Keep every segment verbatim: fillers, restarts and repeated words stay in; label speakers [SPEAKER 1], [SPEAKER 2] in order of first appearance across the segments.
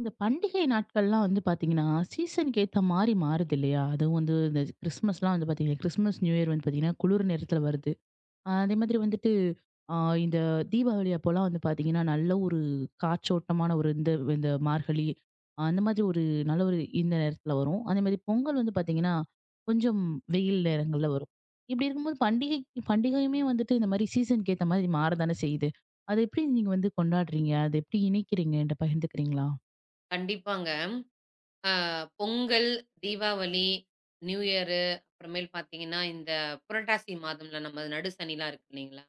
[SPEAKER 1] இந்த பண்டிகை நாட்கள்லாம் வந்து பார்த்தீங்கன்னா, சீசனுக்கு ஏத்த மாரி மாறுது இல்லையா? அதுவும் வந்து இந்த கிறிஸ்மஸ்லாம் வந்து பார்த்தீங்கன்னா, கிறிஸ்மஸ், நியூ இயர் வந்து பார்த்தீங்கன்னா, குளிர் நேரத்தில வருது. ஆஹ் அதே மாதிரி வந்துட்டு அ இந்த தீபாவளி அப்போலாம் வந்து பார்த்தீங்கன்னா, நல்ல ஒரு காற்றோட்டமான ஒரு இந்த இந்த மார்கழி, ஆஹ் அந்த மாதிரி ஒரு நல்ல ஒரு இந்த நேரத்தில வரும். அதேமாதிரி பொங்கல் வந்து பார்த்தீங்கன்னா, கொஞ்சம் வெயில் நேரங்கள்ல வரும். இப்படி இருக்கும்போது பண்டிகை பண்டிகையுமே வந்துட்டு இந்த மாதிரி சீசனுக்கு ஏத்த மாதிரி மாற தானே செய்யுது. அத எப்படி நீங்க வந்து கொண்டாடுறீங்க? அத எப்படி இணைக்கிறீங்க? என்ட்ட பகிர்ந்துக்கிறீங்களா?
[SPEAKER 2] கண்டிப்பாங்க. அ பொங்கல், தீபாவளி, நியூ இயரு, அப்புறமேல் பார்த்தீங்கன்னா, இந்த புரட்டாசி மாதம்ல நம்ம நடு சனிலாம் இருக்கு இல்லைங்களா?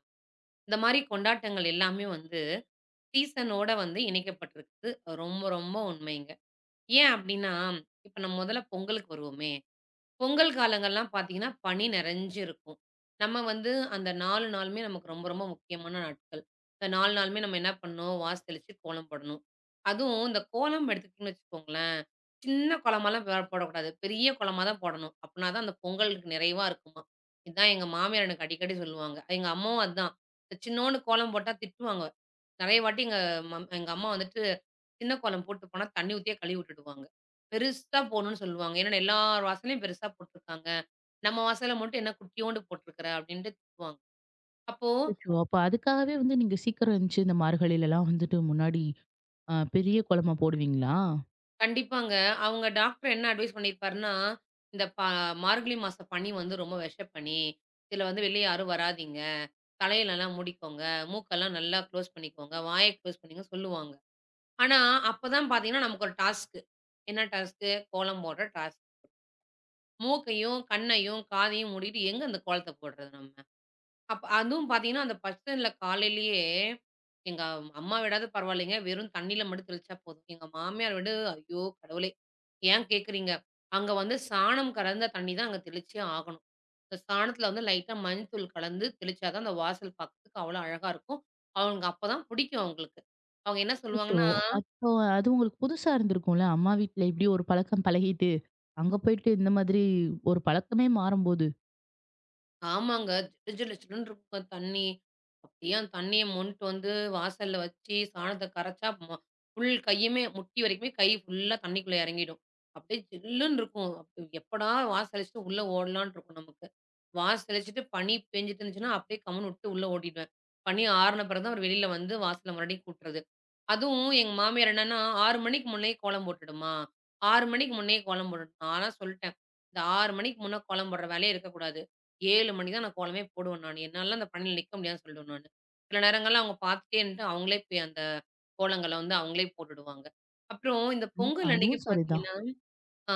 [SPEAKER 2] இந்த மாரி கொண்டாட்டங்கள் எல்லாமே வந்து சீசனோட வந்து இணைக்கப்பட்டிருக்கு. ரொம்ப, ரொம்ப உண்மைங்க. ஏன் அப்டின்னா, இப்ப நம்ம முதல்ல பொங்கலுக்கு வருவோமே, பொங்கல் காலங்கள்லாம் பார்த்தீங்கன்னா, பனி நெறஞ்சு இருக்கும். நம்ம வந்து அந்த நாலு நாளுமே நமக்கு ரொம்ப, ரொம்ப முக்கியமான நாட்கள். இந்த நாலு நாளுமே நம்ம என்ன பண்ணணும், வாசத்தெளிச்சு கோலம் போடணும். அதுவும் இந்த கோலம் எடுத்துக்கிட்டிங்கன்னு வச்சுக்கோங்களேன் சின்ன குழம்பாலாம் ப போடக்கூடாது. பெரிய குழம்பா தான் போடணும். அப்பனா தான் அந்த பொங்கலுக்கு நிறைவா இருக்குமாம். இதான் எங்க மாமியார் எனக்கு அடிக்கடி சொல்லுவாங்க. எங்க அம்மாவும் அதான். சின்னோண்டு கோலம் போட்டா திட்டுவாங்க. நெறைய வாட்டி எங்க மம் எங்க அம்மா வந்துட்டு சின்ன கோலம் போட்டு போனா தண்ணி ஊத்தியே கழுவி விட்டுடுவாங்க. பெருசா போடணும்னு சொல்லுவாங்க. என்னடா எல்லார் வாசல்லயும் பெருசா போட்டுருக்காங்க. நம்ம வாசல்ல மட்டும் என்ன குட்டியோண்டு போட்டுருக்கிற அப்டின்ட்டு திட்டுவாங்க. அப்போ
[SPEAKER 1] அச்சச்சோ! அப்ப அதுக்காகவே வந்து நீங்க சீக்கிரம் எந்திச்சு இந்த மார்கழிலலாம் வந்துட்டு முன்னாடி அ பெரிய கோலமா போடுவீங்களா?
[SPEAKER 2] கண்டிப்பாங்க. அவங்க டாக்டர் என்ன அட்வைஸ் பண்ணியிருப்பாருன்னா, இந்த ப மார்கழி மாச பனி வந்து ரொம்ப விஷப்பனி. இதுல வந்து வெளிய யாரும் வராதீங்க. தலையெல்லாம் மூடிக்கோங்க. மூக்கெல்லாம் நல்லா க்ளோஸ் பண்ணிக்கோங்க. வாய க்ளோஸ் பண்ணிக்கோங்கன்னு சொல்லுவாங்க. ஆனா, அப்பதான் பார்த்தீங்கன்னா, நமக்கு ஒரு டாஸ்க்கு. என்ன டாஸ்க்கு? கோலம் போடுற டாஸ்க். மூக்கையும், கண்ணையும், காதையும் மூடிட்டு எங்க அந்த கோலத்த போடுறது நம்ம? அப்ப அதுவும் பார்த்தீங்கன்னா, அந்த பச்சத்தண்ணில காலையிலேயே எங்க அம்மா விடாது பரவாயில்லைங்க. வெறும் தண்ணீல மட்டும் தெளிச்சா போதும். எங்க மாமியார் விட ஐயோ கடவுளே! ஏன் கேட்குறீங்க? அங்க வந்து சாணம் கலந்த தண்ணி தான் அங்க தெளிச்சே ஆகணும். இந்த சாணத்தில வந்து லைட்டா மஞ்சத்தூள் கலந்து தெளிச்சா தான் அந்த வாசல் பார்க்கறதுக்கு அவ்வளோ அழகா இருக்கும். அவங்க அப்பதான் பிடிக்கும் அவங்களுக்கு. அவங்க என்ன
[SPEAKER 1] அச்சச்சோ!
[SPEAKER 2] சொல்லுவாங்கன்னா
[SPEAKER 1] அப்போ அது உங்களுக்கு புதுசா இருந்திருக்கும்ல. அம்மா வீட்ல இப்படி ஒரு பழக்கம் பழகிட்டு, அங்க போயிட்டு இந்த மாதிரி ஒரு பழக்கமே மாறும்போது.
[SPEAKER 2] ஆமாங்க. ஜிலு ஜிலு ஜிலுன்னு இருக்கும் தண்ணி. அப்படியே அந்த தண்ணிய மொண்டுட்டு வந்து வாசல்ல வச்சு, சாணத்த கரைச்சா மொ ஃபுல் கையுமே முட்டி வரைக்குமே கை ஃபுல்லா தண்ணிக்குள்ள இறங்கிடும். அப்படியே ஜில்லுன்னு இருக்கும். அப்ப எப்படா வாசலிச்சுட்டு உள்ள ஓடலான்ட்டு இருக்கும் நமக்கு. வாசலிச்சுட்டு பனி பெஞ்சுட்டு இருந்துச்சுன்னா, அப்படியே கம்முன்னு விட்டு உள்ள ஓடிடுவேன். பனி ஆறுன பிறகு தான் அவரு வெளியில வந்து வாசல்ல மறுபடியும் கூட்டுறது. அதுவும் எங்க மாமியார் என்னன்னா, ஆறு மணிக்கு முன்னயே கோலம் போட்டுடுமா, ஆறு மணிக்கு முன்னயே கோலம் போட்டுடு. நான்லாம் சொல்ட்டேன். இந்த ஆறு மணிக்கு முன்ன கோலம் போடுற வேலையே இருக்கக்கூடாது. ஏழு மணிக்கு தான் நான் கோலமே போடுவேன் நானு. என்னாலலாம் அந்த பணியில நிக்க முடியாதுன்னு சொல்லிடுவேன் நானு. சில நேரங்கள்ல அவங்க பார்த்துட்டே இருந்துட்டு, அவங்களே போய் அந்த கோலங்கள வந்து அவங்களே போட்டுடுவாங்க. அப்புறம் இந்த
[SPEAKER 1] கண்டிப்பா.
[SPEAKER 2] பொங்கல் அன்னைக்கு
[SPEAKER 1] அதுவும் சரிதான்.
[SPEAKER 2] பார்த்தீங்கன்னா, ஆ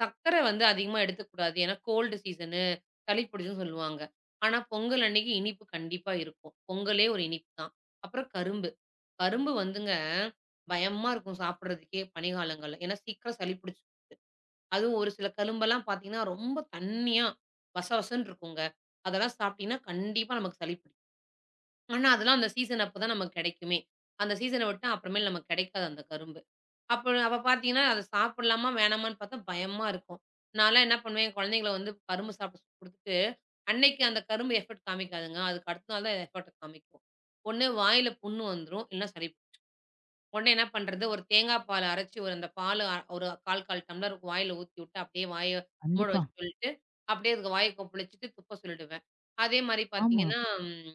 [SPEAKER 2] சர்க்கரை வந்து அதிகமா எடுத்துக்கக்கூடாது. ஏன்னா கோல்டு சீசனு, சளி பிடிச்சுன்னு சொல்லுவாங்க. ஆனா பொங்கல் அன்னைக்கு இனிப்பு கண்டிப்பா இருக்கும். பொங்கலே ஒரு இனிப்பு தான். அப்புறம் கரும்பு. கரும்பு வந்துங்க, பயமா இருக்கும் சாப்பிடுறதுக்கே பனிக்காலங்கள்ல. ஏன்னா சீக்கிரம் சளி பிடிச்சுக்கும். அதுவும் ஒரு சில கரும்பெல்லாம் பார்த்தீங்கன்னா, ரொம்ப தண்ணியா வசவசன்னு இருக்குங்க. அதெல்லாம் சாப்பிட்டீங்கன்னா, கண்டிப்பா நமக்கு சளி பிடிக்கும். ஆனா, அதெல்லாம் அந்த சீசன் அப்ப தான் நமக்கு கிடைக்குமே. அந்த சீசன விட்டா அப்புறமேல் நமக்கு கிடைக்காது அந்த கரும்பு. அப்ப அப்ப பார்த்தீங்கன்னா, அத சாப்பிடலாமா வேணாமான்னு பார்த்தா பயமா இருக்கும். நான்லாம் என்ன பண்ணுவேன், என் குழந்தைங்கள வந்து கரும்பு சாப்பிட குடுத்துட்டு, அன்னைக்கு அந்த கரும்பு எஃபெக்ட் காமிக்காதுங்க. அதுக்கு அடுத்த நாள் தான் எஃபெக்ட் காமிக்கும். ஒண்ணு வாயில புண்ணு வந்துரும். இல்லன்னா சளி உடனே என்ன பண்றது, ஒரு தேங்காய் பால அரைச்சு ஒரு அந்த பாலு அ ஒரு கால் கால் டம்ளர் வாயில ஊத்தி விட்டு, அப்படியே வாய மூட
[SPEAKER 1] கண்டிப்பா.
[SPEAKER 2] வச்சு சொல்லிட்டு, அப்படியே அதுக்கு வாய கொப்பளிச்சுட்டு துப்ப சொல்லிடுவேன். அதே மாரி
[SPEAKER 1] ஆமா.
[SPEAKER 2] பார்த்தீங்கன்னா, ம்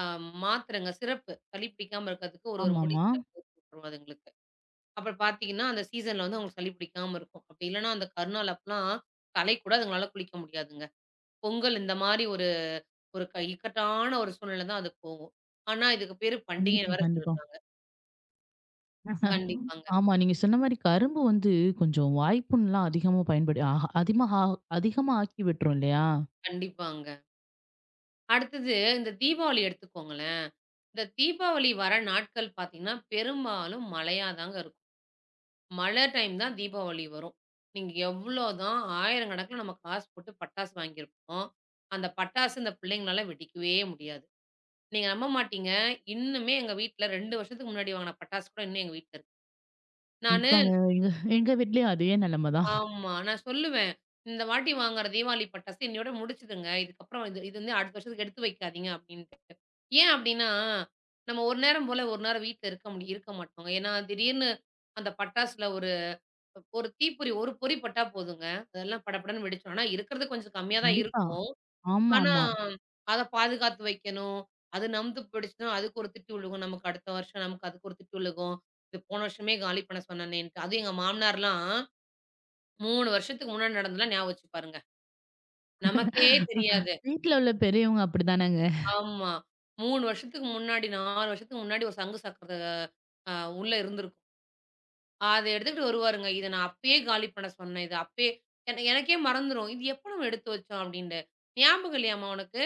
[SPEAKER 2] அ மாத்திரைங்க, சிரப்பு சளி பிடிக்காம இருக்கிறதுக்கு ஒரு ஒரு முடி
[SPEAKER 1] ஆமாமா.
[SPEAKER 2] சிரப்பு ஊத்தி விட்டுருவோம் அதுங்களுக்கு. அப்புறம் பார்த்தீங்கன்னா, அந்த சீசன்ல வந்து அவங்களுக்கு சளி பிடிக்காம இருக்கும். அப்படி இல்லன்னா, அந்த கருநாள் அப்பலாம் தலை கூட அதுங்களால குளிக்க முடியாதுங்க. பொங்கல் இந்த மாரி ஒரு ஒரு க இக்கட்டான ஒரு சூழ்நிலை தான் அது போகும். ஆனா, இதுக்கு பேரு பண்டிகைன்னு
[SPEAKER 1] கண்டிப்பா,
[SPEAKER 2] வேற
[SPEAKER 1] கண்டிப்பா.
[SPEAKER 2] சொல்றாங்க. கண்டிப்பாங்க,
[SPEAKER 1] ஆமா. நீங்க சொன்ன மாரி கரும்பு வந்து கொஞ்சம் வாய்ப்புண்லாம் அதிகமா பயன்படு ஆஹ அதிகமா ஹா அதிகமா ஆக்கி விட்டுரும் இல்லையா?
[SPEAKER 2] கண்டிப்பாங்க. அடுத்தது இந்த தீபாவளி எடுத்துக்கோங்களேன். இந்த தீபாவளி வர நாட்கள் பார்த்தீங்கன்னா, பெரும்பாலும் மழையா தாங்க இருக்கும். மழை டைம் தான் தீபாவளி வரும். நீங்க எவ்வளோ தான் ஆயிரக்கணக்குல நம்ம காசு போட்டு பட்டாசு வாங்கியிருப்போம். அந்த பட்டாசு இந்த பிள்ளைங்களால வெடிக்கவே முடியாது. நீங்க நம்ப மாட்டீங்க. இன்னுமே எங்க வீட்ல ரெண்டு வருஷத்துக்கு முன்னாடி வாங்குன பட்டாசு கூட இன்னும் எங்க வீட்ல இருக்கு. நானு
[SPEAKER 1] கண்டிப்பாங்க. எங்க எங்க வீட்லயும் அதே நிலைமை தான்.
[SPEAKER 2] ஆமா. நான் சொல்லுவேன். இந்த வாட்டி வாங்குற தீபாவளி பட்டாசு இன்னையோட முடிச்சுடுங்க. இதுக்கப்புறம் இது இது வந்து அடுத்த வருஷத்துக்கு எடுத்து வைக்காதீங்க அப்டின்ட்டு. ஏன் அப்டின்னா, நம்ம ஒரு நேரம் போல ஒரு நேரம் வீட்ல இருக்க முடி இருக்க மாட்டோங்க. ஏன்னா, திடீர்னு அந்த பட்டாசுல ஒரு ஒரு தீப்பொறி ஒரு பொறி பட்டா போதுங்க. அதெல்லாம் படபடன்னு வெடிச்சுரும். ஆனா இருக்கிறது கொஞ்சம் கம்மியா தான்
[SPEAKER 1] கண்டிப்பா.
[SPEAKER 2] இருக்கும். ஆனா,
[SPEAKER 1] ஆமாமா.
[SPEAKER 2] அத பாதுகாத்து வைக்கணும். அது நம்பு போயிடுச்சுன்னா, அதுக்கு ஒரு திட்டு விழுகும். நமக்கு அடுத்த வருஷம் நமக்கு அதுக்கு ஒரு திட்டு விழுகும். இது போன வருஷமே காலி பண்ண சொன்னனேன்ட்டு. அதுவும் எங்க மாமனார்லாம் மூணு வருஷத்துக்கு முன்னாடி நடந்ததெல்லாம் ஞாபகம் வச்சு பாருங்க. நமக்கே தெரியாது.
[SPEAKER 1] வீட்ல உள்ள பெரியவங்க அப்படித்தானங்க.
[SPEAKER 2] ஆமா. மூணு வருஷத்துக்கு முன்னாடி, நாலு வருஷத்துக்கு முன்னாடி ஒரு சங்கு சக்கரத்த அ உள்ள இருந்திருக்கும். அத எடுத்துக்கிட்டு வருவாருங்க. "இத நான் அப்பயே காலி பண்ண சொன்னேன். இது அப்பயே" என எனக்கே மறந்துரும். "இது எப்ப நம்ம எடுத்து வச்சோம்?" அப்படின்ட்டு. "ஞாபகம் இல்லையாம்மா உனக்கு?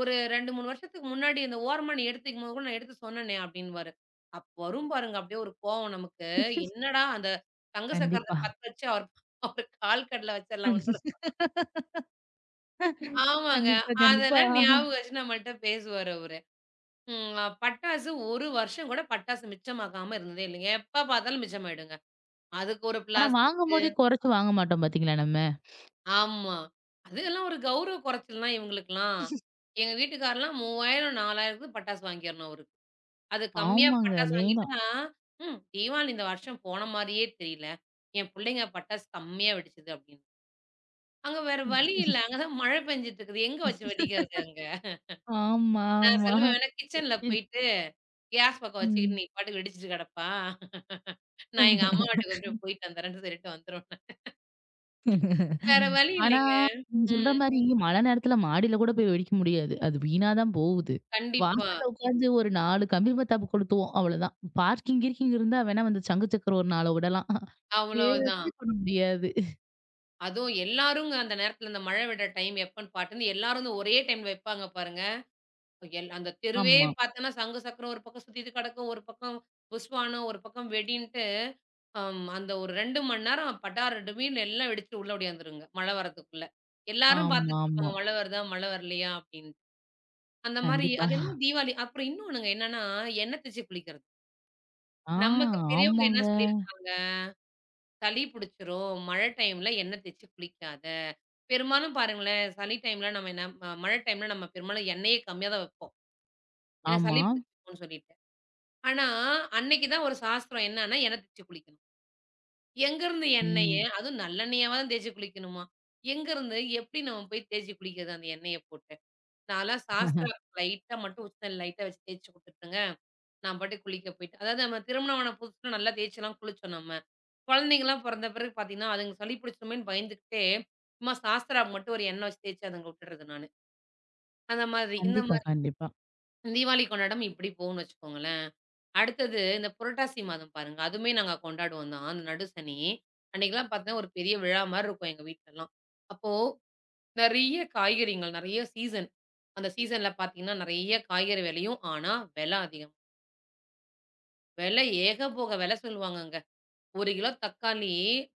[SPEAKER 2] ஒரு ரெண்டு, மூணு வருஷத்துக்கு முன்னாடி இந்த ஓரமா நீ எடுத்து வைக்கும்போது கூட நான் எடுத்து சொன்னேனே" அப்படின்னுவாரு. அப்ப வரும் பாருங்க அப்படியே ஒரு கோவம் நமக்கு. என்னடா அந்த சங்கு சக்கரத்த
[SPEAKER 1] கண்டிப்பா.
[SPEAKER 2] பத்த வச்சு அவர் அவர் கால் கடையில வச்சிடலாம்ன்னு கூட ஆமாங்க.
[SPEAKER 1] கண்டிப்பா, கண்டிப்பா.
[SPEAKER 2] அதெல்லாம் ஞாபகம் வச்சு நம்மள்ட்ட பேசுவாரு அவரு. ம் அ பட்டாசு ஒரு வருஷம் கூட பட்டாசு மிச்சமாக்காம இருந்ததே இல்லைங்க. எப்ப பார்த்தாலும் மிச்சமாயிடுங்க. அதுக்கு ஒரு
[SPEAKER 1] ஆனா
[SPEAKER 2] பிளாஸ்டிக்
[SPEAKER 1] வாங்கும்போதே குறைச்சு வாங்க மாட்டோம் பார்த்தீங்களா நம்ம.
[SPEAKER 2] ஆமா. அதுக்கெல்லாம் ஒரு கௌரவ குறைச்சல்னா இவங்களுக்கெல்லாம். எங்க வீட்டுக்காரர்லாம் மூவாயிரம் 4000க்கு பட்டாசு வாங்கிறணும் அவருக்கு. அது கம்மியா
[SPEAKER 1] ஆமாங்க.
[SPEAKER 2] பட்டாசு
[SPEAKER 1] அதேதான்.
[SPEAKER 2] வாங்கிட்டா, ம் தீவாளி இந்த வருஷம் போன மாரியே தெரியல. என் புள்ளைங்க பட்டாசு கம்மியா வெடிச்சது அப்படின்னு. அங்க வேற வழி இல்ல. அங்க தான் மழை பெஞ்சுட்டு இருக்குது. எங்க வச்சு வெடிக்கிறது அங்க?
[SPEAKER 1] ஆமா,
[SPEAKER 2] நான்
[SPEAKER 1] ஆமா.
[SPEAKER 2] சொல்லுவேன் வேணா கிச்சன்ல
[SPEAKER 1] இத்
[SPEAKER 2] போய் கேஸ் பக்கம் வச்சுக்கிட்டு
[SPEAKER 1] ம்.
[SPEAKER 2] நீ பாட்டுக்கு வெடிச்சுட்டு கெடப்பா! நான் எங்க அம்மா வீட்டுக்கு அப்படியே போயிட்டு வந்துர்றேன்னு சொல்லிட்டு வந்துருவேன். வேற வழி
[SPEAKER 1] ஆனா
[SPEAKER 2] இல்லைங்க.
[SPEAKER 1] நீங்க சொல்ற
[SPEAKER 2] ம்.
[SPEAKER 1] மாரி மழை நேரத்துல மாடியில கூட போய் வெடிக்க முடியாது. அது வீணா தான் போகுது.
[SPEAKER 2] கண்டிப்பா.
[SPEAKER 1] வாசல்ல உட்காந்து ஒரு நாலு கம்பி மத்தாப்பு கொளுத்துவோம் அவ்வளோதான். பார்க்கிங் கீர்க்கிங் இருந்தா வேணா வந்து சங்கு சக்கரம் ஒரு நாலு விடலாம். வேற
[SPEAKER 2] அவ்வளவுதான்.
[SPEAKER 1] எதுவுமே பண்ண முடியாது.
[SPEAKER 2] அதுவும் எல்லாருங்க அந்த நேரத்துல இந்த மழை விடுற டைம் எப்பன்னு பாட்டுன்னு எல்லாரும் வந்து ஒரே டைம்ல வைப்பாங்க பாருங்க. எல் அந்த தெருவே
[SPEAKER 1] ஆமா.
[SPEAKER 2] பார்த்தோன்னா சங்கு சக்கரம் ஒரு பக்கம் சுத்திட்டு கெடக்கும். ஒரு பக்கம் புஸ்வானம், ஒரு பக்கம் வெடின்ட்டு அம் அந்த ஒரு ரெண்டு மணி நேரம் படார் டிமிர்னு எல்லாம் வெடிச்சுட்டு உள்ள ஓடியாந்துருங்க. மழை வரதுக்குள்ள. எல்லாரும் பார்த்துட்டு
[SPEAKER 1] ஆமாமா.
[SPEAKER 2] இருப்பாங்க. மழை வருதா? மழை வரலையா? அப்படின்னு. அந்த மாரி
[SPEAKER 1] கண்டிப்பா.
[SPEAKER 2] அது என்னமோ தீபாவளி அப்புறம் இன்னொன்னுங்க என்னன்னா, எண்ணெய் தேச்சு குளிக்கிறது.
[SPEAKER 1] ஆ.
[SPEAKER 2] நமக்கு பெரியவங்க என்ன
[SPEAKER 1] ஆமாங்க.
[SPEAKER 2] சொல்லியிருக்காங்க, "சளி புடிச்சிரும். மழை டைம்ல எண்ணெய் தேச்சு குளிக்காத." பெரும்பாலும் பாருங்களேன், சளி டைம்ல நம்ம என்ன ம மழை டைம்ல நம்ம பெரும்பாலும் எண்ணெயே கம்மியா தான் வைப்போம். ஏன்னா சளி
[SPEAKER 1] ஆமா.
[SPEAKER 2] பிடிச்சிக்கும்னு சொல்லிட்டு. ஆனா, அன்னைக்கு தான் ஒரு சாஸ்திரம் என்னன்னா, எண்ணெய் தேச்சு குளிக்கணும். எங்கருந்து எண்ணெய,
[SPEAKER 1] ம்.
[SPEAKER 2] அதுவும் நல்லெண்ணெயாவா தான் தேச்சு குளிக்கணுமா? எங்கருந்து, எப்படி நம்ம போய் தேச்சு குளிக்கிறது அந்த எண்ணெய போட்டு? நான்லாம் சாஸ்திரா லைட்டா மட்டும் உச்சந்தலையில லைட்டா வச்சு தேய்ச்சு குடுத்துட்டேங்க. நான் பாட்டுக்கு குளிக்க போயிட்டேன். அதாவது நம்ம திருமணம் ஆன புதுசுல நல்லா தேய்ச்சுலாம் குளிச்சோம் நம்ம. குழந்தைங்கலாம் பொறந்த பிறகு பார்த்தீங்கன்னா, அதுங்க சளி பிடிச்சுருமேன்னு பயந்துகிட்டே, சும்மா சாஸ்த்ராவுக்கு மட்டும் ஒரு எண்ணெய் வச்சு தேய்ச்சு அதுங்க விட்டுறது நானு. அந்த மாதிரி, இந்த
[SPEAKER 1] கண்டிப்பா,
[SPEAKER 2] மாதிரி
[SPEAKER 1] கண்டிப்பா.
[SPEAKER 2] தீபாவளி கொண்டாடம் இப்படி போகும்ன்னு வச்சுக்கோங்களேன். அடுத்தது இந்த புரட்டாசி மாதம் பாருங்க. அதுவுமே நாங்க கொண்டாடுவோம் தான். அந்த நடு சனி. அன்னைக்கெல்லாம் பார்த்தீங்கன்னா, ஒரு பெரிய விழா மாரி இருக்கும் எங்க வீட்லலாம். அப்போ நெறைய காய்கறிங்கள், நெறைய சீசன். அந்த சீசன்ல பார்த்தீங்கன்னா, நெறைய காய்கறி விலையும். ஆனா, விலை அதிகம். விலை ஏகபோக விலை சொல்லுவாங்கங்க. ஒரு கிலோ தக்காளி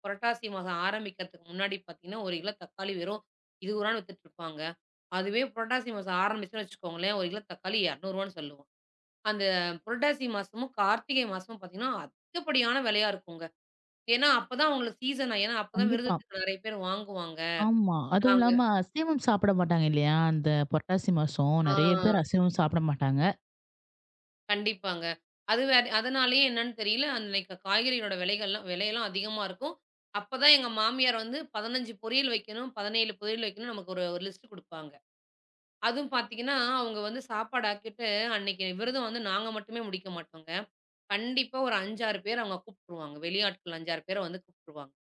[SPEAKER 2] புரட்டாசி மாதம் ஆரம்பிக்கிறதுக்கு முன்னாடி பார்த்தீங்கன்னா, ஒரு கிலோ தக்காளி வெறும் ரூ. இருபது வித்துட்டுருப்பாங்க. அதுவே புரட்டாசி மாசம் ஆரம்பிச்சுன்னு வச்சுக்கோங்களேன், ஒரு கிலோ தக்காளி ரூ. இருநூறு சொல்லுவான். அந்த புரட்டாசி மாசமும், கார்த்திகை மாசமும் பார்த்தீங்கன்னா, அதிகப்படியான விலையா இருக்குங்க. ஏன்னா, அப்பதான் அவங்களுக்கு சீசனா. ஏன்னா, அப்பதான்
[SPEAKER 1] கண்டிப்பா.
[SPEAKER 2] விருதுக்கு நெறைய பேர் வாங்குவாங்க.
[SPEAKER 1] ஆமா. அதுவும்
[SPEAKER 2] நாங்க
[SPEAKER 1] இல்லாம அசைவம் சாப்பிட மாட்டாங்க இல்லையா? அந்த புரட்டாசி மாசம்
[SPEAKER 2] ஆ.
[SPEAKER 1] நெறைய பேர் அசைவம் சாப்பிட மாட்டாங்க.
[SPEAKER 2] கண்டிப்பாங்க. அது வேற அதனாலேயே என்னன்னு தெரியல, அன்னைக்கு காய்கறிகளோட விலைகள்லாம் விலையெல்லாம் அதிகமா இருக்கும். அப்பதான் எங்க மாமியார் வந்து பதினைஞ்சு பொரியல் வைக்கணும், பதினேழு பொரியல் வைக்கணும் நமக்கு ஒரு ஒரு லிஸ்ட் குடுப்பாங்க. அதுவும் பார்த்தீங்கன்னா, அவங்க வந்து சாப்பாடு ஆக்கிட்டு அன்னைக்கு விரதம் வந்து நாங்க மட்டுமே முடிக்க மாட்டோங்க. கண்டிப்பா ஒரு ஐந்து, ஆறு பேர் அவங்க கூப்ட்டுருவாங்க. வெளியாட்கள் ஐந்து, ஆறு பேர வந்து கூப்ட்டுருவாங்க.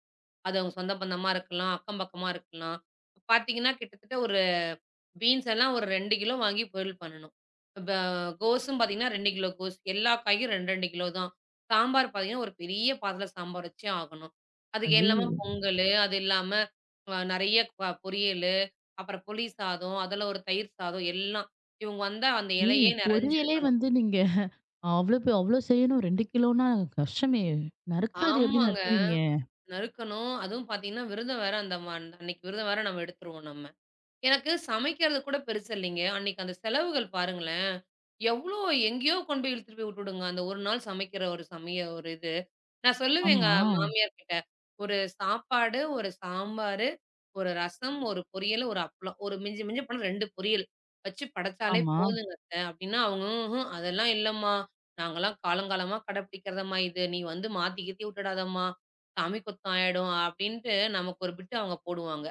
[SPEAKER 2] அது அவங்க சொந்த பந்தமா இருக்கலாம், அக்கம் பக்கமா இருக்கலாம். பார்த்தீங்கன்னா கிட்டத்தட்ட ஒரு பீன்ஸ் எல்லாம் ஒரு ரெண்டு கிலோ வாங்கி பொரியல் பண்ணணும். ப கோஸும் பார்த்தீங்கன்னா ரெண்டு கிலோ கோஸ். எல்லா காயும் ரெண்டு, ரெண்டு கிலோ தான். சாம்பார் பார்த்தீங்கன்னா, ஒரு பெரிய பாத்திரத்தில சாம்பார் வச்சே ஆகணும். அதுக்கு இல்லாம
[SPEAKER 1] ஐயய்யோ!
[SPEAKER 2] பொங்கலு, அது இல்லாம அ நெறைய ப பொரியலு, அப்புறம் புளி சாதம், அதில ஒரு தயிர் சாதம் எல்லாம். இவங்க வந்தா அந்த இலையே
[SPEAKER 1] ஐயய்யோ! பொரியலே
[SPEAKER 2] நெறஞ்சிருக்கணும்.
[SPEAKER 1] வந்து நீங்க அவ்ளோ பே அவ்ளோ செய்யணும் ரெண்டு கிலோன்னா கஷ்டமே! நறுக்குறது எப்படி
[SPEAKER 2] ஆமாங்க.
[SPEAKER 1] நறுக்குவீங்க?
[SPEAKER 2] நறுக்கணும். அதுவும் பார்த்தீங்கன்னா, விரதம் வேற அந்த ம அன்னைக்கு விரதம் வேற நம்ம எடுத்துருவோம் நம்ம. எனக்கு சமைக்கிறது கூட பெருசு இல்லைங்க. அன்னைக்கு அந்த செலவுகள் பாருங்களேன்! எவ்ளோ எங்கேயோ கொண்டு போய் இழுத்துட்டு போய் விட்டுடுங்க. அந்த ஒரு நாள் சமைக்கிற ஒரு சமைய ஒரு இது. நான் சொல்லுவேன் எங்க
[SPEAKER 1] ஆமா,
[SPEAKER 2] மாமியார் கிட்ட. "ஒரு சாப்பாடு, ஒரு சாம்பாரு, ஒரு ரசம், ஒரு பொரியல், ஒரு அப்பளம். ஒரு மிஞ்சி மிஞ்சி போனா ரெண்டு பொரியல் வச்சு படைச்சாலே
[SPEAKER 1] ஆமா.
[SPEAKER 2] போதுங்க அத்த" அப்டின்னா அவங்க "ம்ஹ்ம் அதெல்லாம் இல்லம்மா. நாங்கலாம் காலங்காலமா கடைப்பிடிக்கிறதம்மா இது. நீ வந்து மாத்தி கீத்தி விட்டுடாதம்மா. சாமி குத்தம் ஆயிடும்" அப்டின்ட்டு நமக்கு ஒரு பிட்டு அவங்க போடுவாங்க.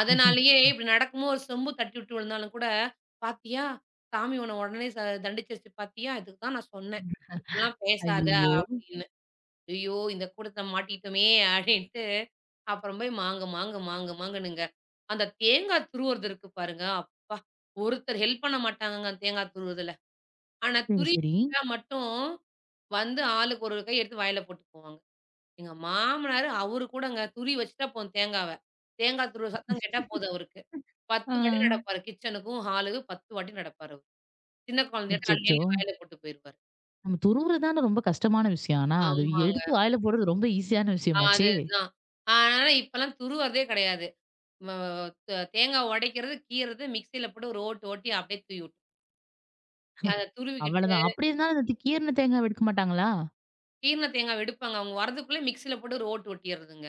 [SPEAKER 2] அதனாலேயே இப்படி நடக்கும்போது ஒரு செம்பு தட்டி விட்டு விழுந்தாலும் கூட, "பாத்தியா? சாமி உன்ன உடனே ச தண்டிச்சுருச்சு பாத்தியா? இதுக்கு தான் நான் சொன்னேன். இப்படிலாம் பேசாத"
[SPEAKER 1] ஐயய்யோ!
[SPEAKER 2] அப்படின்னு. ஐயோ! இந்த கூட்டத்துல மாட்டிக்கிட்டோமே அப்படின்ட்டு, அப்புறம் போய் மாங்கு, மாங்கு, மாங்கு, மாங்குனுங்க. அந்த தேங்காய் துருவுறது இருக்கு பாருங்க, அப்பா! ஒருத்தர் ஹெல்ப் பண்ண மாட்டாங்கங்க அந்த தேங்காய் துருவுறதுல. ஆனா
[SPEAKER 1] சரி,
[SPEAKER 2] துருவி
[SPEAKER 1] சரி.
[SPEAKER 2] விட்டா மட்டும் வந்து ஆளுக்கு ஒரு கை எடுத்து வாயில போட்டுக்குவாங்க. எங்க மாமனாரு அவரு கூடங்க துருவி வச்சுட்டா போதும் தேங்காவ. தேங்காய் துருவுற சத்தம் கேட்டா போதும் அவருக்கு.
[SPEAKER 1] ஆ.
[SPEAKER 2] பத்து வாட்டி நடப்பாரு. கிச்சனுக்கும், ஹாலுக்கும் பத்து வாட்டி நடப்பாரு அவரு. சின்ன குழந்தையாட்டம் அள்ளி
[SPEAKER 1] அச்சச்சோ!
[SPEAKER 2] அள்ளி வாயில போட்டு போயிருவாரு.
[SPEAKER 1] நம்ம துருவுறது தான ரொம்ப கஷ்டமான விஷயம். ஆனா, அது
[SPEAKER 2] ஆமாங்க.
[SPEAKER 1] எடுத்து வாயில போடுறது ரொம்ப ஈஸியான விஷயமாச்சே!
[SPEAKER 2] அதுதான். அதனால இப்பலாம் துருவுறதே கிடையாது. வ த தேங்காய் உடைக்கிறது, கீறது, மிக்ஸியில போட்டு ஒரு ஓட்டு ஓட்டி அப்படியே தூவி விட்டு அத துருவிக்கிட்டு
[SPEAKER 1] அவ்வளதான். அப்படி இருந்தாலும் அதுக்கு கீறுன தேங்காய் எடுக்க மாட்டாங்களா?
[SPEAKER 2] கீறுன தேங்காவ எடுப்பாங்க. அவங்க வரதுக்குள்ள மிக்ஸியில போட்டு ஒரு ஓட்டு ஓட்டிறதுங்க.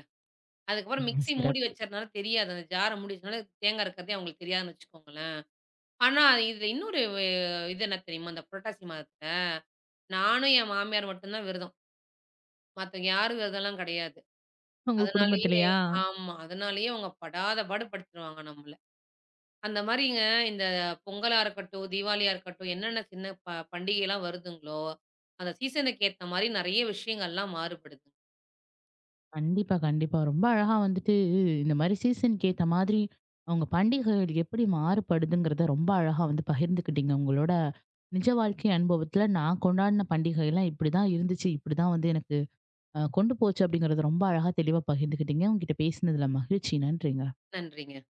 [SPEAKER 2] அதுக்கப்புறம்
[SPEAKER 1] ம்.
[SPEAKER 2] மிக்ஸி மூடி
[SPEAKER 1] சிறப்பு.
[SPEAKER 2] வச்சதுனால தெரியாது. அந்த ஜார மூடி வச்சதுனால தேங்காய் இருக்கிறதே அவங்களுக்கு தெரியாதுன்னு வச்சுக்கோங்களேன். ஆனா, இதுல இன்னொரு வே- இது என்ன தெரியுமா? அந்த புரட்டாசி மாதத்துல நானும் என் மாமியார் மட்டும் தான் விரதம். மத்த யாரும் விரதம்லாம் கிடையாது.
[SPEAKER 1] உங்க
[SPEAKER 2] அதனாலேயே
[SPEAKER 1] குடும்பத்திலயா?
[SPEAKER 2] ஆமா. அதனாலேயே அவங்க படாத பாடு படுத்துருவாங்க நம்மள. அந்த மாரிங்க இந்த பொங்கலா இருக்கட்டும், தீபாவளியா இருக்கட்டும், என்னென்ன சின்ன ப பண்டிகைலாம் வருதுங்களோ, அந்த சீசனுக்கு ஏத்த மாரி நெறைய விஷயங்கள்லாம் மாறுபடுது.
[SPEAKER 1] கண்டிப்பா, கண்டிப்பா. ரொம்ப அழகா வந்துட்டு இந்த மாரி சீசனுக்கு ஏத்த மாதிரி, அவங்க பண்டிகைகள் எப்படி மாறுபடுதுங்கிறத ரொம்ப அழகா வந்து பகிர்ந்துக்கிட்டீங்க. உங்களோட நிஜ வாழ்க்கை அனுபவத்துல நான் கொண்டாடின பண்டிகைலாம் இப்படிதான் இருந்துச்சு. இப்படிதான் வந்து எனக்கு அ கொண்டு போச்சு அப்படிங்கிறத ரொம்ப அழகா தெளிவா பகிர்ந்துக்கிட்டீங்க. உங்ககிட்ட பேசினதுல மகிழ்ச்சி. நன்றிங்க.
[SPEAKER 2] நன்றிங்க.